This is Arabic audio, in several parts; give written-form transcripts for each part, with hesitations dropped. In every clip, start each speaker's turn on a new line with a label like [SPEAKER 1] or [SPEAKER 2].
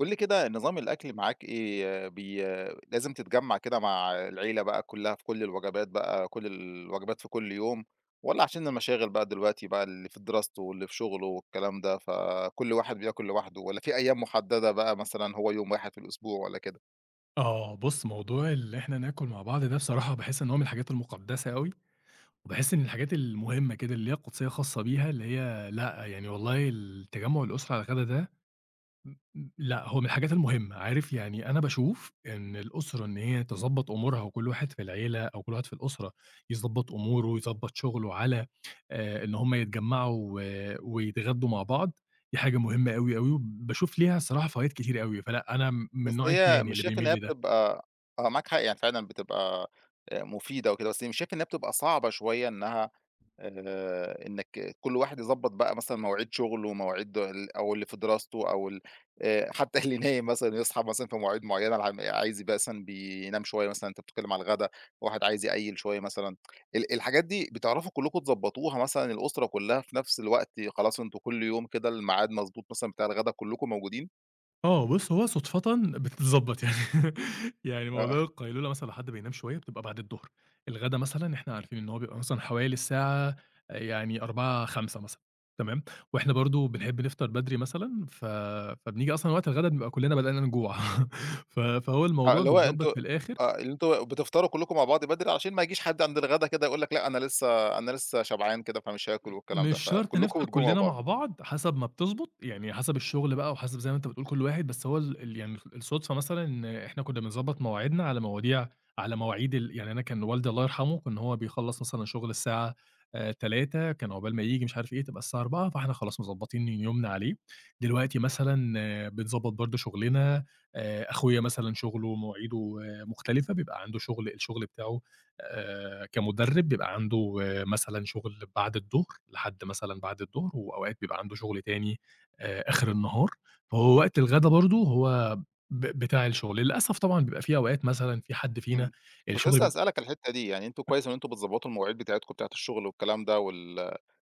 [SPEAKER 1] قُل لي كده نظام الأكل معاك إيه، لازم تتجمّع كده مع العيلة بقى كلّها في كل الوجبات بقى، كل الوجبات في كل يوم، والّا عشان المشاغل بقى دلوقتي بقى اللي في دراسته واللي في شغله والكلام ده، فكل واحد بياكل لوحده، والّا في أيام محددة بقى مثلًا هو يوم واحد في الأسبوع والّا كده؟
[SPEAKER 2] آه، بُص موضوع اللي إحنا ناكل مع بعض ده بصراحة باحس إن هو من الحاجات المقدسة أوي، وباحس إن الحاجات المهمة كده اللي ليها قدسية خاصة بيها، اللي هي لأ، يعني والله التجمع الأسري على الغدا ده م م لأ، هو من الحاجات المهمة. عارف يعني أنا باشوف إن الأسرة إن هي تضبّط أمورها وكل واحد في العيلة أو كل واحد في الأسرة يضبّط أموره ويضبّط شغله على إن هم يتجمعوا ويتغدوا مع بعض، دي حاجة مهمة أوي، أوي، وباشوف ليها الصراحة فوايد كتير أوي، فلأ أنا من
[SPEAKER 1] بس
[SPEAKER 2] النوع
[SPEAKER 1] هي
[SPEAKER 2] التاني
[SPEAKER 1] مش
[SPEAKER 2] اللي
[SPEAKER 1] شايف إن
[SPEAKER 2] بيميل
[SPEAKER 1] هي
[SPEAKER 2] لده.
[SPEAKER 1] بتبقى آه، معاك حق، يعني فعلًا بتبقى مفيدة وكده، بس مش شايف إن هي بتبقى صعبة شوية إنها إنّك كل واحد يضبّط بقى مثلًا مواعيد شُغله ومواعيد ال أو اللي في دراسته أو ال حتّى اللي نايم مثلًا يصحى مثلًا في مواعيد معيّنة، العم عايز يبقى مثلًا بينام شوية مثلًا أنت بتتكلّم على الغدا، واحد عايز يقيّل شوية مثلًا، الحاجات دي بتعرفوا كلّكم تضبّطوها مثلًا الأسرة كلّها في نفس الوقت خلاص أنتم كل يوم كده الميعاد مضبوط مثلًا بتاع الغدا كلّكم موجودين؟
[SPEAKER 2] آه، بُص هو صدفةً بتتضبّط يعني يعني
[SPEAKER 1] آه،
[SPEAKER 2] موضوع القيلولة مثلًا لو حد بينام شوية بتبقى بعد الضهر. الغدا مثلًا إحنا عارفين إن هو بيبقى مثلًا حوالي الساعة يعني 16:00، 17:00 مثلًا، تمام، وإحنا برضه بنحب نفطر بدري مثلًا فبنيجي أصلًا وقت الغدا بنبقى كلّنا بدأنا نجوع فهو
[SPEAKER 1] آه،
[SPEAKER 2] الموضوع
[SPEAKER 1] اللي هو أنتم
[SPEAKER 2] بيتضبّط في الآخر.
[SPEAKER 1] آه، اللي أنتم بتفطروا كلّكم مع بعض بدري علشان ما يجيش حد عند الغدا كده يقول لك لأ، أنا لسه شبعان كده فمش هاكل والكلام ده،
[SPEAKER 2] مش شرط
[SPEAKER 1] فكلّكم
[SPEAKER 2] نفطر
[SPEAKER 1] بتجوعوا مع
[SPEAKER 2] كلّنا مع
[SPEAKER 1] بعض.
[SPEAKER 2] بعض، حسب ما بتضبط، يعني حسب الشغل بقى وحسب زي ما أنت بتقول كل واحد، بس هو ال ال يعني الصدفة مثلًا إن إحنا كنّا بنضبّط مواعيدنا على مواضيع على مواعيد يعني أنا كان والدي الله يرحمه كان هو بيخلّص مثلًا شغل الساعة 15:00 كان عقبال ما ييجي مش عارف إيه تبقى الساعة 16:00، فإحنا خلاص مضبّطين يومنا عليه. دلوقتي مثلًا بنضبّط برضه شغلنا. أخويا مثلًا شغله مواعيده آه، مختلفة، بيبقى عنده شغل الشغل بتاعه كمُدرِّب بيبقى عنده آه، مثلًا شغل بعد الضهر، لحد مثلًا بعد الضهر، وأوقات بيبقى عنده شغل تاني آخر النهار. فهو وقت الغدا برضه هو بتاع الشغل. للأسف طبعًا بيبقى في أوقات مثلًا في حد فينا
[SPEAKER 1] إمم. كنت لسه
[SPEAKER 2] الشغل.
[SPEAKER 1] هاسألك على الحتّة دي، يعني أنتم كويس إن أنتم بتضبّطوا المواعيد بتاعتكم بتاعة الشغل والكلام ده وال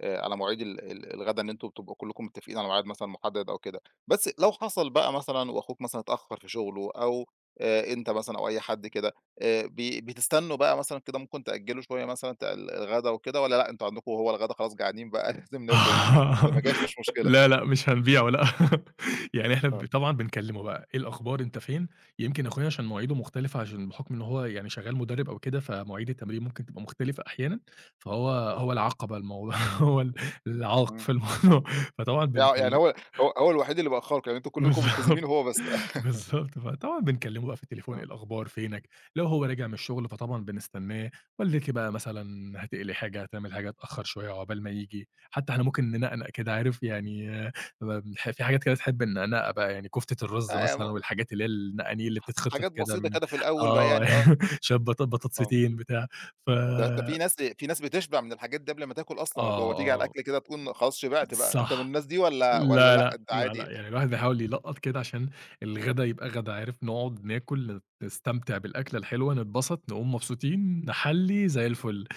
[SPEAKER 1] على مواعيد ال ال الغدا، إن أنتم بتبقوا كلّكم متّفقين على ميعاد مثلًا مُحدّد أو كده، بس لو حصل بقى مثلًا وأخوك مثلًا اتأخّر في شُغله أو أنت مثلًا أو أي حد كده، بي بتستنوا بقى مثلًا كده، ممكن تأجّلوا شوية مثلًا بتاع الغدا وكده، والّا لأ أنتم عندكم هو الغدا خلاص جعانين بقى لازم
[SPEAKER 2] آه
[SPEAKER 1] ناكل، اللي مش اللي ما جاش مش مشكلة؟
[SPEAKER 2] لا، لأ، مش هنبيعه لأ، يعني إحنا
[SPEAKER 1] آه،
[SPEAKER 2] طبعًا بنكلمه بقى، إيه الأخبار، أنت فين؟ يمكن أخويا عشان مواعيده مختلفة عشان بحكم إن هو يعني شغال مدرب أو كده، فمواعيد التمرين ممكن تبقى مختلفة أحيانًا. فهو العقبة الموضوع هو العائق
[SPEAKER 1] إمم.
[SPEAKER 2] في الموضوع، فطبعًا
[SPEAKER 1] يعني
[SPEAKER 2] بنكل
[SPEAKER 1] هو هو الوحيد اللي بيأخّركم، يعني أنتم كلّكم ملتزمين
[SPEAKER 2] بالضبط،
[SPEAKER 1] وهو بس
[SPEAKER 2] بالضبط. فطبعًا بنكلّمه بقى في التليفون، إيه
[SPEAKER 1] آه.
[SPEAKER 2] الأخبار، فينك؟ لو هو راجع من الشغل فطبعًا بنستناه. والدتي بقى مثلًا هتقلي حاجة، هتعمل حاجة، اتأخّر شوية عقبال ما ييجي، حتى إحنا ممكن ننقنق كده عارف يعني بنح في حاجات كده بتحب النقنقة بقى، يعني كفتة الرز
[SPEAKER 1] آه، يعني م
[SPEAKER 2] مثلًا والحاجات اللي هي النقانيق اللي بتتخطف
[SPEAKER 1] حاجات
[SPEAKER 2] كده
[SPEAKER 1] بسيطة
[SPEAKER 2] من
[SPEAKER 1] كده في الأول بقى،
[SPEAKER 2] آه،
[SPEAKER 1] يعني آه.
[SPEAKER 2] شوية
[SPEAKER 1] آه.
[SPEAKER 2] بطاطستين بتاع ف
[SPEAKER 1] ده ده في ناس بتشبع من الحاجات دي قبل ما تاكل أصلًا،
[SPEAKER 2] آه،
[SPEAKER 1] وتيجي على
[SPEAKER 2] آه،
[SPEAKER 1] الأكل كده تكون خلاص شبعت بقى، أنت من
[SPEAKER 2] صح.
[SPEAKER 1] الناس دي والّا
[SPEAKER 2] لا،
[SPEAKER 1] لأ،
[SPEAKER 2] لأ،
[SPEAKER 1] أنت
[SPEAKER 2] لا،
[SPEAKER 1] عادي؟
[SPEAKER 2] لأ، يعني الواحد بيحاول يلقّط كده عشان الغدا يبقى غدا، عارف، نقعد ناكل، نستمتع بالأكلة الحلوة، نتبسط، نقوم مبسوطين، نحلّي، زي الفل.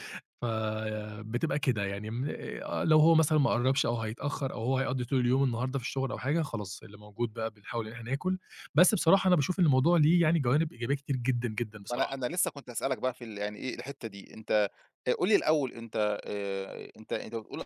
[SPEAKER 1] إمم،
[SPEAKER 2] فبتبقى كده يعني م لو هو مثلًا ما قرّبش أو هيتأخّر أو هو هيقضّي طول اليوم النهارده في الشغل أو حاجة، خلاص اللي موجود بقى بنحاول إن
[SPEAKER 1] إمم.
[SPEAKER 2] إحنا ناكل. بس بصراحة أنا باشوف إن الموضوع ليه يعني جوانب إيجابية كتير جدًا، جدًا
[SPEAKER 1] ما أنا
[SPEAKER 2] بصراحة.
[SPEAKER 1] لسه كنت هاسألك بقى في يعني إيه الحتّة دي، أنت قُل لي الأول، أنت بتقول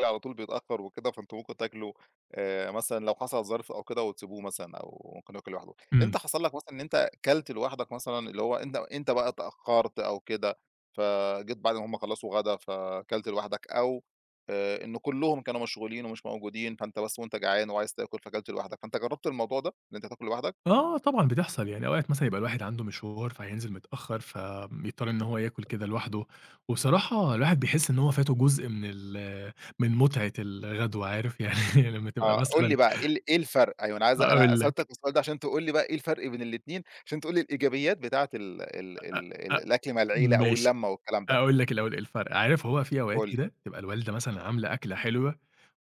[SPEAKER 1] على طول بيتأخّر وكده، فأنتم ممكن تاكلوا مثلًا لو حصل ظرف أو كده وتسيبوه مثلًا أو ممكن ياكل لوحده، أنت
[SPEAKER 2] إمم.
[SPEAKER 1] حصل لك مثلًا إن أنت كلت لوحدك مثلًا، اللي هو أنت بقى اتأخّرت أو كده، فجيت بعد ما هُم خلّصوا غدا فكلت لوحدك أو إن كلّهم كانوا مشغولين ومش موجودين، فأنت بس وأنت جعان وعايز تاكل فكلت لوحدك، فأنت جرّبت الموضوع ده، إن أنت تاكل لوحدك؟
[SPEAKER 2] آه طبعًا بتحصل، يعني أوقات مثلًا يبقى الواحد عنده مشوار فهينزل متأخّر، فبيضطر إن هو ياكل كده لوحده. وبصراحة الواحد بيحس إن هو فاته جزء من متعة الغدوة عارف يعني لمّا تبقى
[SPEAKER 1] آه، قُل
[SPEAKER 2] مثلًا
[SPEAKER 1] لي بقى إيه إيه الفرق؟ أيوه، أنا عايز، أنا
[SPEAKER 2] هاقول لك
[SPEAKER 1] سألتك السؤال ده عشان تقول لي بقى إيه الفرق بين الاتنين، عشان تقول لي الإيجابيات بتاعة ال ال ال ال
[SPEAKER 2] أ
[SPEAKER 1] الأكل مع العيلة أو
[SPEAKER 2] ماشي.
[SPEAKER 1] اللمة والكلام ده،
[SPEAKER 2] هاقول لك الأول إيه الفرق، عارف هو في أوقات
[SPEAKER 1] قُل لي.
[SPEAKER 2] كده تبقى الوالدة مثلًا عاملة أكلة حلوة،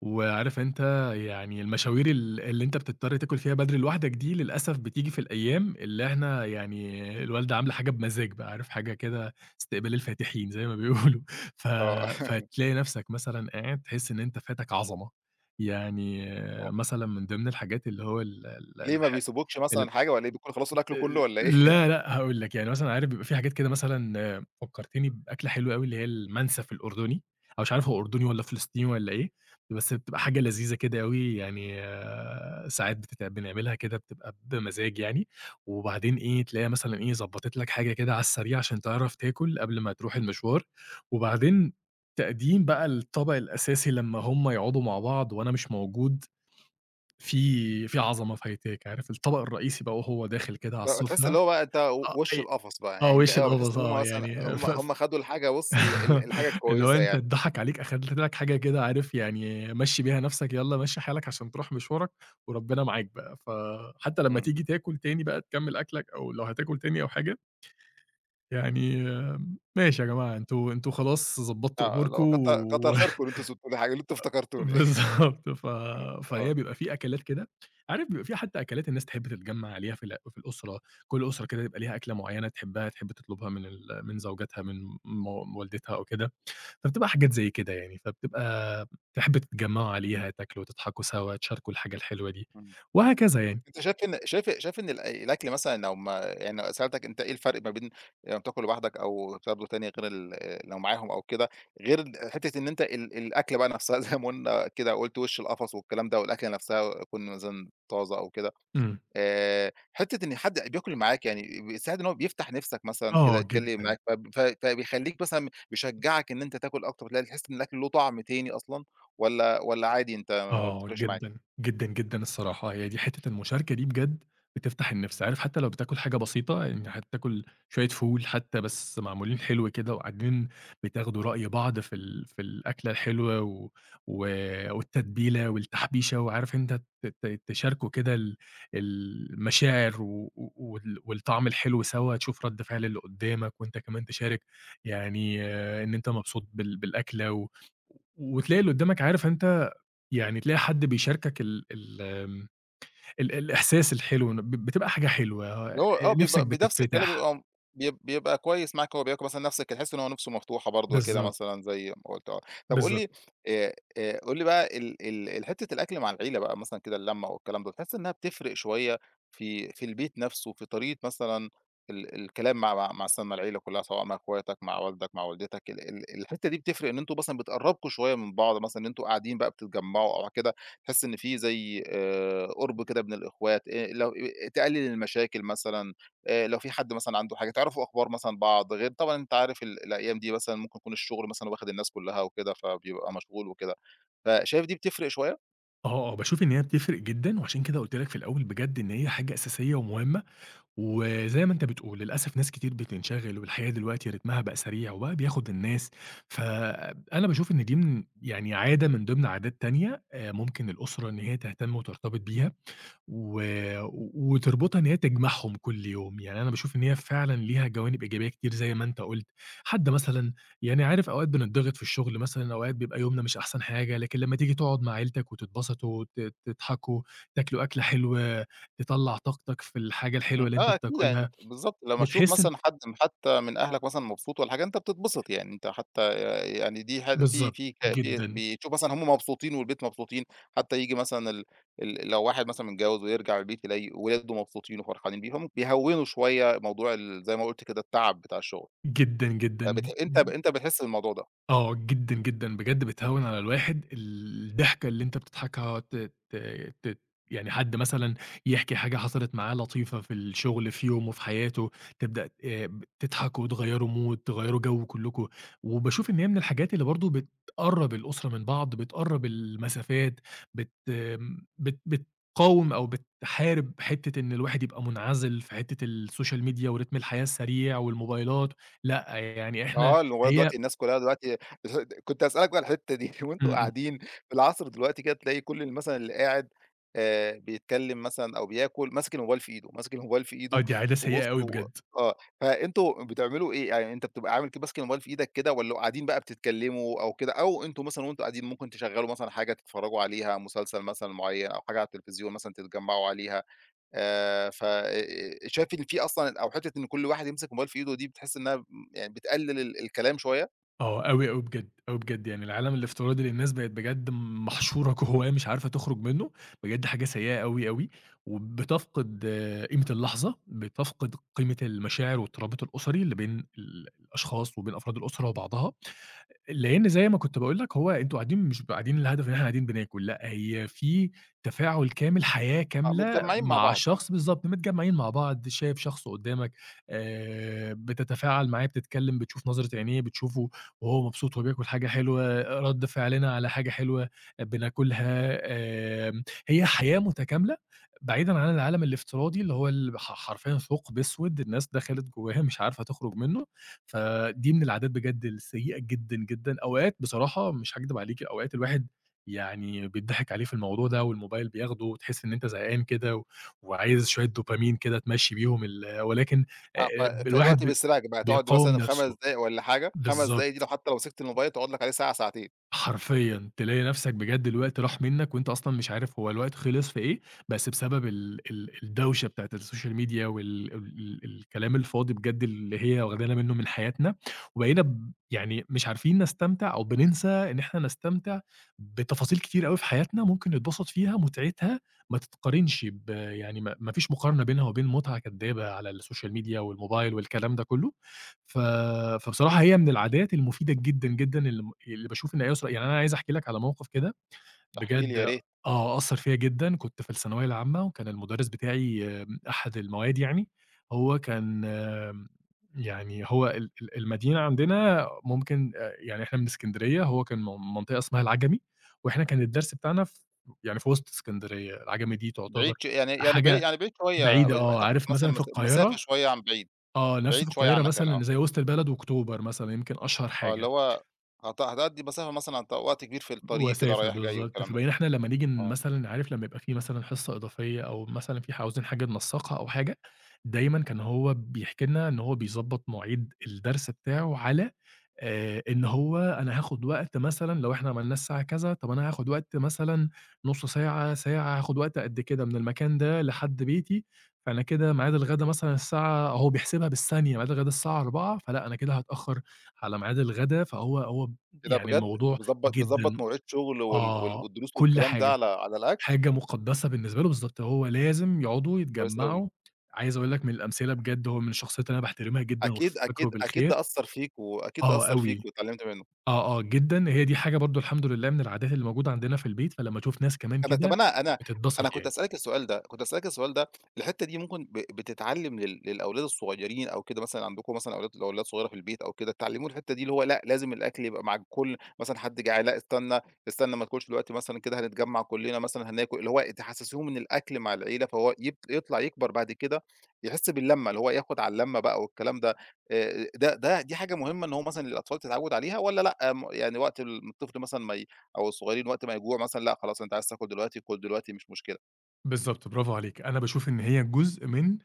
[SPEAKER 2] وعارف أنت يعني المشاوير اللي أنت بتضطر تاكل فيها بدري لوحدك دي للأسف بتيجي في الأيام اللي إحنا يعني الوالدة عاملة حاجة بمزاج بقى، عارف حاجة كده، استقبال الفاتحين زي ما بيقولوا، ف
[SPEAKER 1] آه.
[SPEAKER 2] فتلاقي نفسك مثلًا قاعد تحس إن أنت فاتك عظمة. يعني
[SPEAKER 1] آه،
[SPEAKER 2] مثلًا من ضمن الحاجات اللي هو ال ال
[SPEAKER 1] ليه
[SPEAKER 2] اللي
[SPEAKER 1] ما
[SPEAKER 2] باح
[SPEAKER 1] بيسيبوكش مثلًا حاجة والّا إيه، بيكون خلصوا الأكل كله والّا إيه؟
[SPEAKER 2] لا، لأ، هاقول لك، يعني مثلًا عارف بيبقى في حاجات كده مثلًا آه، فكّرتني بأكلة حلوة أوي اللي هي المنسف الأردني، أو مش عارف هو أردني والّا فلسطيني والّا إيه، بس بتبقى حاجة
[SPEAKER 1] إمم.
[SPEAKER 2] لذيذة كده أوي يعني آه، ساعات بنعملها كده بتبقى بمزاج يعني. وبعدين إيه، تلاقيها مثلًا إيه، ضبّطت لك حاجة كده على السريع عشان تعرف تاكل قبل ما تروح المشوار، وبعدين تقديم بقى الطبق الأساسي لمّا هم يقعدوا مع بعض وأنا مش موجود، في عظمة فايتاك، عارف الطبق الرئيسي بقى وهو داخل كده على
[SPEAKER 1] آه، تحس
[SPEAKER 2] السُفرة
[SPEAKER 1] اللي هو بقى أنت
[SPEAKER 2] آه،
[SPEAKER 1] وش
[SPEAKER 2] أي
[SPEAKER 1] القفص بقى،
[SPEAKER 2] آه،
[SPEAKER 1] يعني أنت،
[SPEAKER 2] وِش
[SPEAKER 1] آه، بتحس
[SPEAKER 2] القفص
[SPEAKER 1] إن هُم
[SPEAKER 2] آه،
[SPEAKER 1] مثلًا
[SPEAKER 2] يعني
[SPEAKER 1] هُم
[SPEAKER 2] ف ف
[SPEAKER 1] هُم خدوا الحاجة، بُص ال ال الحاجة
[SPEAKER 2] اللي هو
[SPEAKER 1] الكويسة
[SPEAKER 2] أنت
[SPEAKER 1] يعني،
[SPEAKER 2] اتضحك عليك، أخدت لك حاجة كده عارف يعني مشّي بيها نَفْسك، يالّا مشّي حالك عشان تروح مشوارك وربنا معاك بقى. فحتى لمّا
[SPEAKER 1] إمم،
[SPEAKER 2] تيجي تاكل تاني بقى تكمّل أكلك أو لو هتاكل تاني أو حاجة، يعني ماشي يا جماعة أنتم خلاص ضبّطتوا
[SPEAKER 1] آه، اللي
[SPEAKER 2] أموركم
[SPEAKER 1] هو كتر
[SPEAKER 2] و
[SPEAKER 1] خيركم إن أنتم سبتوا لي حاجة، إن أنتم افتكرتوني.
[SPEAKER 2] بالضبط
[SPEAKER 1] آه.
[SPEAKER 2] فهي بيبقى في أكلات كده. عارف بيبقى في حتى أكلات الناس تحب تتجمّع عليها في في الأسرة، كل أسرة كده يبقى ليها أكلة معيّنة تحبها، تحب تطلبها من من زوجتها، من م والدتها أو كده، فبتبقى حاجات زي كده يعني، فبتبقى تحب تتجمّعوا عليها، تاكلوا، تضحكوا سوا، تشاركوا الحاجة الحلوة دي،
[SPEAKER 1] إمم.
[SPEAKER 2] وهكذا يعني.
[SPEAKER 1] أنت شايف إن شايف شايف إن الأكل مثلًا، لو ما يعني لو سألتك أنت إيه الفرق ما بين لمّا بتاكل لوحدك أو بتاكله تاني غير لو معاهم أو كده، غير حتة إن أنت الأكلة بقى نفسها زي ما قلنا كده، قُلت وش القفص والكلام ده، والأكلة نفسها تكون مثلًا طازة أو كده،
[SPEAKER 2] إمم.
[SPEAKER 1] حتة إن حد بياكل معاك، يعني بيساعد إن هو بيفتح نِفسك مثلًا كده
[SPEAKER 2] آه
[SPEAKER 1] يتكلم
[SPEAKER 2] جدًا.
[SPEAKER 1] معاك، فب ف فبيخلّيك مثلًا، بيشجعك إن أنت تاكل أكتر، تلاقي تحس إن الأكل له طعم تاني أصلًا، والّا عادي أنت ما
[SPEAKER 2] آه،
[SPEAKER 1] بتفرقش معاك؟
[SPEAKER 2] جدًا، جدًا، جدًا الصراحة، هي دي حتّة المشاركة دي بجد بتفتح النِفس. عارف حتّى لو بتاكل حاجة بسيطة، يعني هتاكل شوية فول حتّى بس معمولين حلو كده وقاعدين بتاخدوا رأي بعض في في الأكلة الحلوة و و والتتبيلة والتحبيشة وعارف أنت ت ت تشاركوا كده المشاعر و و وال والطعم الحلو سوا، تشوف رَد فعل اللي قدّامك وأنت كمان تشارك يعني آه، إن أنت مبسوط بالأكلة وتلاقي اللي قدّامك عارف أنت يعني تلاقي حد بيشاركك ال ال آمم، ال الإحساس الحلو إن بتبقى حاجة حلوة
[SPEAKER 1] هو آه،
[SPEAKER 2] نِفْسك
[SPEAKER 1] بيبقى بنفس الكلام،
[SPEAKER 2] بتتفتح.
[SPEAKER 1] بيبقى م بيب بيبقى كويس معاك هو بياكل مثلًا نفس تحس إن هو نِفسه مفتوحة برضه كده
[SPEAKER 2] بالضبط،
[SPEAKER 1] مثلًا زي ما قُلت، آه. طب قُل
[SPEAKER 2] بالضبط.
[SPEAKER 1] لي بقى ال ال ال حتّة الأكل مع العيلة بقى مثلًا كده، اللمّة والكلام ده، بتحس إنّها بتفرق شوية في البيت نَفسه، في طريقة مثلًا الكلام مع مثلًا مع العيلة كُلّها سواء مع أخواتك، مع والدك، مع والدتك، ال ال الحتّة دي بتفرق إن أنتم مثلًا بتقرّبكم شوية من بعض مثلًا، إن أنتم قاعدين بقى بتتجمّعوا أو كده؟ تحس إن في زي قُرب كده بين الإخوات، لو تقلل المشاكل مثلًا، لو في حد مثلًا عنده حاجة تعرفوا أخبار مثلًا بعض، غير طبعًا أنت عارف الأيام دي مثلًا ممكن يكون الشغل مثلًا واخد الناس كلّها وكده، فبيبقى مشغول وكده، فشايف دي بتفرق شوية؟
[SPEAKER 2] آه، آه، باشوف إن هي بتفرق جدًا، وعشان كده قُلت لك في الأول بجد إن هي حاجة أساسية ومهمة. وزي ما أنت بتقول للأسف ناس كتير بتنشغل، والحياة دلوقتي رتمها بقى سريع، وبقى بياخد الناس. فأنا باشوف إن دي من يعني عادة من ضمن عادات تانية ممكن الأسرة إن هي تهتم وترتبط بيها. و وتربطها إن هي تجمعهم كل يوم. يعني أنا باشوف إن هي فعلًا ليها جوانب إيجابية كتير زي ما أنت قُلت. حتى مثلًا يعني عارف أوقات بنضغط في الشغل مثلًا، أوقات بيبقى يومنا مش أحسن حاجة، لكن لمّا تيجي تقعد مع عيلتك وتتبسطوا تضحكوا، تاكلوا أكلة حلوة، تطلّع طاقتك في الحاجة الحلوة
[SPEAKER 1] إمم،
[SPEAKER 2] اللي أنت
[SPEAKER 1] آه أكيد، يعني أنت
[SPEAKER 2] بتاكلها،
[SPEAKER 1] بالضبط، لمّا تشوف
[SPEAKER 2] بتحس إن
[SPEAKER 1] مثلًا حد حتى من أهلك مثلًا مبسوط والّا حاجة، أنت بتتبسط يعني، أنت حتى يعني دي حاجة
[SPEAKER 2] بالضبط،
[SPEAKER 1] في
[SPEAKER 2] جدًا،
[SPEAKER 1] بتشوف مثلًا هُم مبسوطين والبيت مبسوطين، حتى ييجي مثلًا ال ال لو واحد مثلًا متجوز ويرجع البيت يلاقي ولاده مبسوطين وفرحانين بيهم، بيهوّنوا شوية موضوع زي ما قُلت كده التعب بتاع الشغل،
[SPEAKER 2] جدًا،
[SPEAKER 1] بت
[SPEAKER 2] جدًا.
[SPEAKER 1] أنت ب أنت بتحس بالموضوع ده؟
[SPEAKER 2] آه، جدًا، جدًا، بجد بتهوّن على الواحد الضحكة اللي أنت بتضحكها ت ت ت يعني حد مثلًا يحكي حاجة حصلت معاه لطيفة في الشغل، في يومه، في حياته، تبدأ تضحكوا تغيّروا مود، تغيّروا جو كلّكم. وباشوف إن هي من الحاجات اللي برضه بتقرّب الأسرة من بعض، بتقرّب المسافات، بت آمم بت بتقاوم أو بتحارب حتّة إن الواحد يبقى منعزل في حتّة السوشيال ميديا ورتم الحياة السريع والموبايلات. لأ، يعني إحنا
[SPEAKER 1] آه، الموبايل
[SPEAKER 2] هي
[SPEAKER 1] دلوقتي، الناس كلّها دلوقتي كنت هاسألك بقى الحتّة دي. وأنتم
[SPEAKER 2] إمم، إمم.
[SPEAKER 1] قاعدين في العصر دلوقتي كده تلاقي كل مثلًا اللي قاعد بيتكلّم مثلًا أو بياكل ماسك الموبايل في إيده، ماسك الموبايل في إيده
[SPEAKER 2] آه، دي عادة
[SPEAKER 1] وبُص
[SPEAKER 2] سيئة أوي
[SPEAKER 1] و،
[SPEAKER 2] بجد.
[SPEAKER 1] آه، فأنتم بتعملوا إيه؟ يعني أنت بتبقى عامل كده ماسك الموبايل في إيدك كده، والّا قاعدين بقى بتتكلّموا أو كده، أو أنتم مثلًا وأنتم قاعدين ممكن تشغّلوا مثلًا حاجة تتفرّجوا عليها، مسلسل مثلًا معيّن أو حاجة على التلفزيون مثلًا تتجمّعوا عليها؟ ف شايف إن في أصلًا، أو حتّة إن كل واحد يمسك موبايل في إيده دي بتحس إنها يعني بتقلل الكلام شوية،
[SPEAKER 2] آه، أوي، أوي بجد، أوي بجد، يعني العالم الافتراضي اللي الناس بقت بجد محشورة جواه مش عارفة تخرج منه، بجد حاجة سيئة أوي، أوي. وبتفقد آه، قيمة اللحظة، بتفقد قيمة المشاعر والترابط الأسري اللي بين الأشخاص وبين أفراد الأسرة وبعضها. لإن زي ما كنت باقول لك هو أنتم قاعدين مش قاعدين الهدف إن إحنا قاعدين بناكل، لأ هي في تفاعل كامل، حياة
[SPEAKER 1] آه
[SPEAKER 2] كاملة
[SPEAKER 1] متجمّعين مع
[SPEAKER 2] مع
[SPEAKER 1] بعض، آه،
[SPEAKER 2] شخص بالضبط، متجمّعين مع بعض، شايف شخص قدّامك بتتفاعل معاه، بتتكلّم، بتشوف نظرة عينيه، بتشوفه وهو مبسوط وهو بياكل حاجة حلوة، رَد فعلنا على حاجة حلوة بناكلها آمم، هي حياة متكاملة بعيدًا عن العالم الافتراضي اللي هو ال ح حرفيًا ثقب أسود الناس دخلت جواه مش عارفة تخرج منه. فدي من العادات بجد السيئة جدًا، جدًا. أوقات بصراحة مش هاكدب عليكِ، أوقات الواحد يعني بيتضحك عليه في الموضوع ده والموبايل بياخده وتحس إن أنت زهقان كده وعايز شوية دوبامين كده تمشّي بيهم ولكن
[SPEAKER 1] آه،
[SPEAKER 2] ب الواحد
[SPEAKER 1] فالوقت بيسرقك بقى، تقعد
[SPEAKER 2] بيقاوم
[SPEAKER 1] مثلًا 5
[SPEAKER 2] نَفْسه.
[SPEAKER 1] دقايق والّا حاجة، 5 دقايق دي لو
[SPEAKER 2] بالضبط.
[SPEAKER 1] حتّى لو مسكت الموبايل تقعد لك عليه ساعة ساعتين،
[SPEAKER 2] حرفيًا، تلاقي نفْسك بجد الوقت راح منّك وأنت أصلًا مش عارف هو الوقت خلص في إيه، بس بسبب ال ال الدوشة بتاعة السوشيال ميديا وال ال الكلام الفاضي بجد اللي هي واخدانا منّه من حياتنا. وبقينا يعني مش عارفين نستمتع أو بننسى إن إحنا نستمتع بتفاصيل كتير أوي في حياتنا ممكن نتبسط فيها. متعتها ما تتقارنش يعني ما فيش مقارنة بينها وبين متعة كدابة على السوشيال ميديا والموبايل والكلام ده كلّه. ف فبصراحة هي من العادات المفيدة جدًا، جدًا اللي اللي باشوف إن هي أسرة يعني أنا عايز أحكي لك على موقف كده
[SPEAKER 1] احكِ لي
[SPEAKER 2] بجد
[SPEAKER 1] يا ريت،
[SPEAKER 2] آه، أثّر فيّا جدًا. كنت في الثانوية العامة وكان المدرس بتاعي أحد المواد يعني، هو كان يعني هو ال ال المدينة عندنا ممكن يعني إحنا من إسكندرية، هو كان من منطقة اسمها العجمي، وإحنا كان الدرس بتاعنا في يعني في وسط إسكندرية. العجمي دي تعتبر
[SPEAKER 1] بعيد ش يعني يعني بعيد
[SPEAKER 2] حاجة
[SPEAKER 1] يعني بعيد شوية
[SPEAKER 2] بعيدة، آه،
[SPEAKER 1] هتاخد
[SPEAKER 2] عارف
[SPEAKER 1] مثلًا
[SPEAKER 2] مثلًا في
[SPEAKER 1] مسافة
[SPEAKER 2] القاهرة
[SPEAKER 1] شوية عن بعيد،
[SPEAKER 2] آه، نفْس في
[SPEAKER 1] بعيد شوية
[SPEAKER 2] القاهرة
[SPEAKER 1] عنك يعني، آه،
[SPEAKER 2] مثلًا زي وسط البلد وأكتوبر مثلًا، يمكن أشهر
[SPEAKER 1] آه اللي
[SPEAKER 2] حاجة.
[SPEAKER 1] هو هتقضّي مسافة مثلًا وقت كبير في الطريق كده
[SPEAKER 2] وَسَافة
[SPEAKER 1] رايح جاي
[SPEAKER 2] بالضبط،
[SPEAKER 1] والكلام ده،
[SPEAKER 2] فبقينا إحنا لمّا نيجي
[SPEAKER 1] آه.
[SPEAKER 2] مثلًا عارف لمّا يبقى في مثلًا حصة إضافية أو مثلًا في ح عاوزين حاجة ننسّقها أو حاجة، دايمًا كان هو بيحكي لنا إن هو بيضبّط مواعيد الدرس بتاعه على إن هو أنا هاخُد وقت مثلًا لو إحنا عملناه الساعة كذا، طَب أنا هاخُد وقت مثلًا نُص ساعة، ساعة، هاخُد وقت قد كده من المكان ده لحد بيتي. فأنا كده ميعاد الغدا مثلًا الساعة هو بيحسبها بالثانية، ميعاد الغدا الساعة 16:00 فلأ، أنا كده هاتأخّر على ميعاد الغدا. فهو هو
[SPEAKER 1] إيه ده
[SPEAKER 2] يعني
[SPEAKER 1] بجد!
[SPEAKER 2] الموضوع
[SPEAKER 1] بيضبّط
[SPEAKER 2] جدًا،
[SPEAKER 1] مواعيد شغله وال وال
[SPEAKER 2] آه،
[SPEAKER 1] والدروس
[SPEAKER 2] كل
[SPEAKER 1] والكلام ده
[SPEAKER 2] حاجة،
[SPEAKER 1] على الأكل؟
[SPEAKER 2] حاجة مقدسة بالنسبة له بالضبط، هو لازم يقعدوا
[SPEAKER 1] كويس أوي.
[SPEAKER 2] يتجمعوا. عايز أقول لك من الأمثلة بجد هو من الشخصيات اللي أنا باحترمها جدًا
[SPEAKER 1] أكيد،
[SPEAKER 2] وبافتكره
[SPEAKER 1] أكيد، أكيد
[SPEAKER 2] بالخير.
[SPEAKER 1] ده أثّر فيك
[SPEAKER 2] آه أوي،
[SPEAKER 1] واتعلمت منّه.
[SPEAKER 2] آه، آه جدًا، هي دي حاجة برضه الحمد لله من العادات اللي موجودة عندنا في البيت، فلمّا أشوف ناس كمان
[SPEAKER 1] أنا طب
[SPEAKER 2] كده
[SPEAKER 1] أنا
[SPEAKER 2] بتتبسط
[SPEAKER 1] كنت
[SPEAKER 2] يعني.
[SPEAKER 1] هاسألِك السؤال ده، الحتّة دي ممكن بتتعلّم للأولاد الصغيّرين أو كده، مثلًا عندكم مثلًا أولاد، صغيّرة في البيت أو كده، تعلّموه الحتّة دي اللي هو لأ، لازم الأكل يبقى مع الكل، مثلًا حد جعان لأ، استنى، استنى ما تاكلش دلوقتي مثلًا كده، هنتجمّع كلّنا مثلًا هناكل، اللي هو تحسّسيهم إن الأكل مع العيلة، فهو يطلع يكبر بعد كده يحس باللمّة، اللي هو ياخد على اللمّة بقى والكلام ده، دي حاجة مهمة إن هو مثلًا الأطفال تتعوّد عليها والّا لأ، آه، يعني وقت الطفل مثلًا ما، أو الصغيرين وقت ما يجوعوا مثلًا، لأ خلاص أنت عايز تاكل دلوقتي، كُل دلوقتي مش مشكلة.
[SPEAKER 2] بالضبط، برافو عليكِ. أنا باشوف إن هي جزء من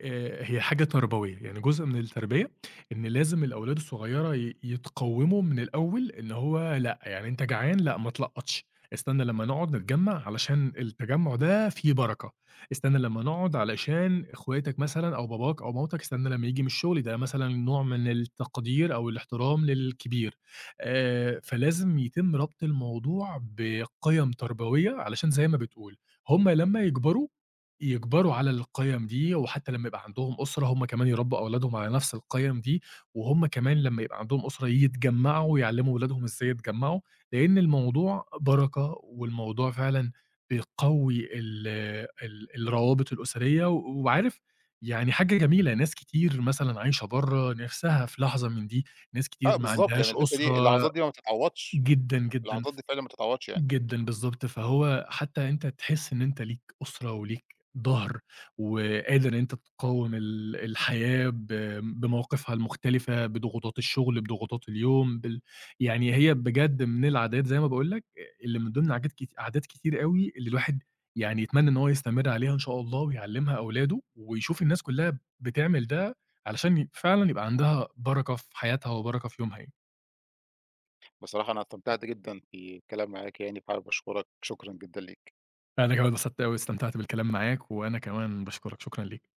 [SPEAKER 2] هي حاجة تربوية، يعني جزء من التربية إن لازم الأولاد الصغيرة يتقوّموا من الأول إن هو لأ، يعني أنت جعان، لأ ما تلقّطش، استنى لمّا نقعد نتجمّع علشان التجمُّع ده فيه بركة، استنى لمّا نقعد علشان إخواتك مثلًا أو باباك أو مامتك، استنى لمّا ييجي من الشغل، ده مثلًا نوع من التقدير أو الاحترام للكبير. فلازم يتم ربط الموضوع بقِيَم تربوية علشان زي ما بتقول، هُم لمّا يكبروا، يكبروا على القِيَم دي، وحتّى لمّا يبقى عندهم أسرة هُم كمان يربّوا أولادهم على نفس القِيَم دي، وهُم كمان لمّا يبقى عندهم أسرة يتجمّعوا ويعلّموا ولادهم إزاي يتجمّعوا، لإن الموضوع بركة، والموضوع فعلًا بيقوّي ال الروابط الأسرية، و- وعارف يعني حاجة جميلة، ناس كتير مثلًا عايشة برّه نِفْسها في لحظة من دي، ناس
[SPEAKER 1] آه
[SPEAKER 2] كتير ما
[SPEAKER 1] بالضبط، يعني
[SPEAKER 2] عندهاش
[SPEAKER 1] الحتّة دي
[SPEAKER 2] أسرة.
[SPEAKER 1] اللحظات دي ما بتتعوّضش،
[SPEAKER 2] جدًا، جدًا.
[SPEAKER 1] اللحظات دي فعلًا ما بتتعوّضش يعني.
[SPEAKER 2] جدًا، بالضبط. فهو حتى أنت تحس إن أنت ليك أسرة وليك ضهر، وقادر إن أنت تقاوم الحياة بمواقفها المختلفة، بضغوطات الشغل، بضغوطات اليوم، يعني هي بجد من العادات زي ما باقول لك اللي من ضمن عاجات كت عادات كتير أوي اللي الواحد يعني يتمنى إن هو يستمر عليها إن شاء الله ويعلّمها أولاده، ويشوف الناس كلّها بتعمل ده علشان فعلًا يبقى عندها بركة في حياتها وبركة في يومها يعني.
[SPEAKER 1] بصراحة أنا استمتعت جدًا بالكلام معاك يعني، فحابب أشكرك، شكرًا جدًا ليك.
[SPEAKER 2] أنا كمان اتبسطت أوي واستمتعت بالكلام معاك، وأنا كمان باشكرك، شكرًا ليك.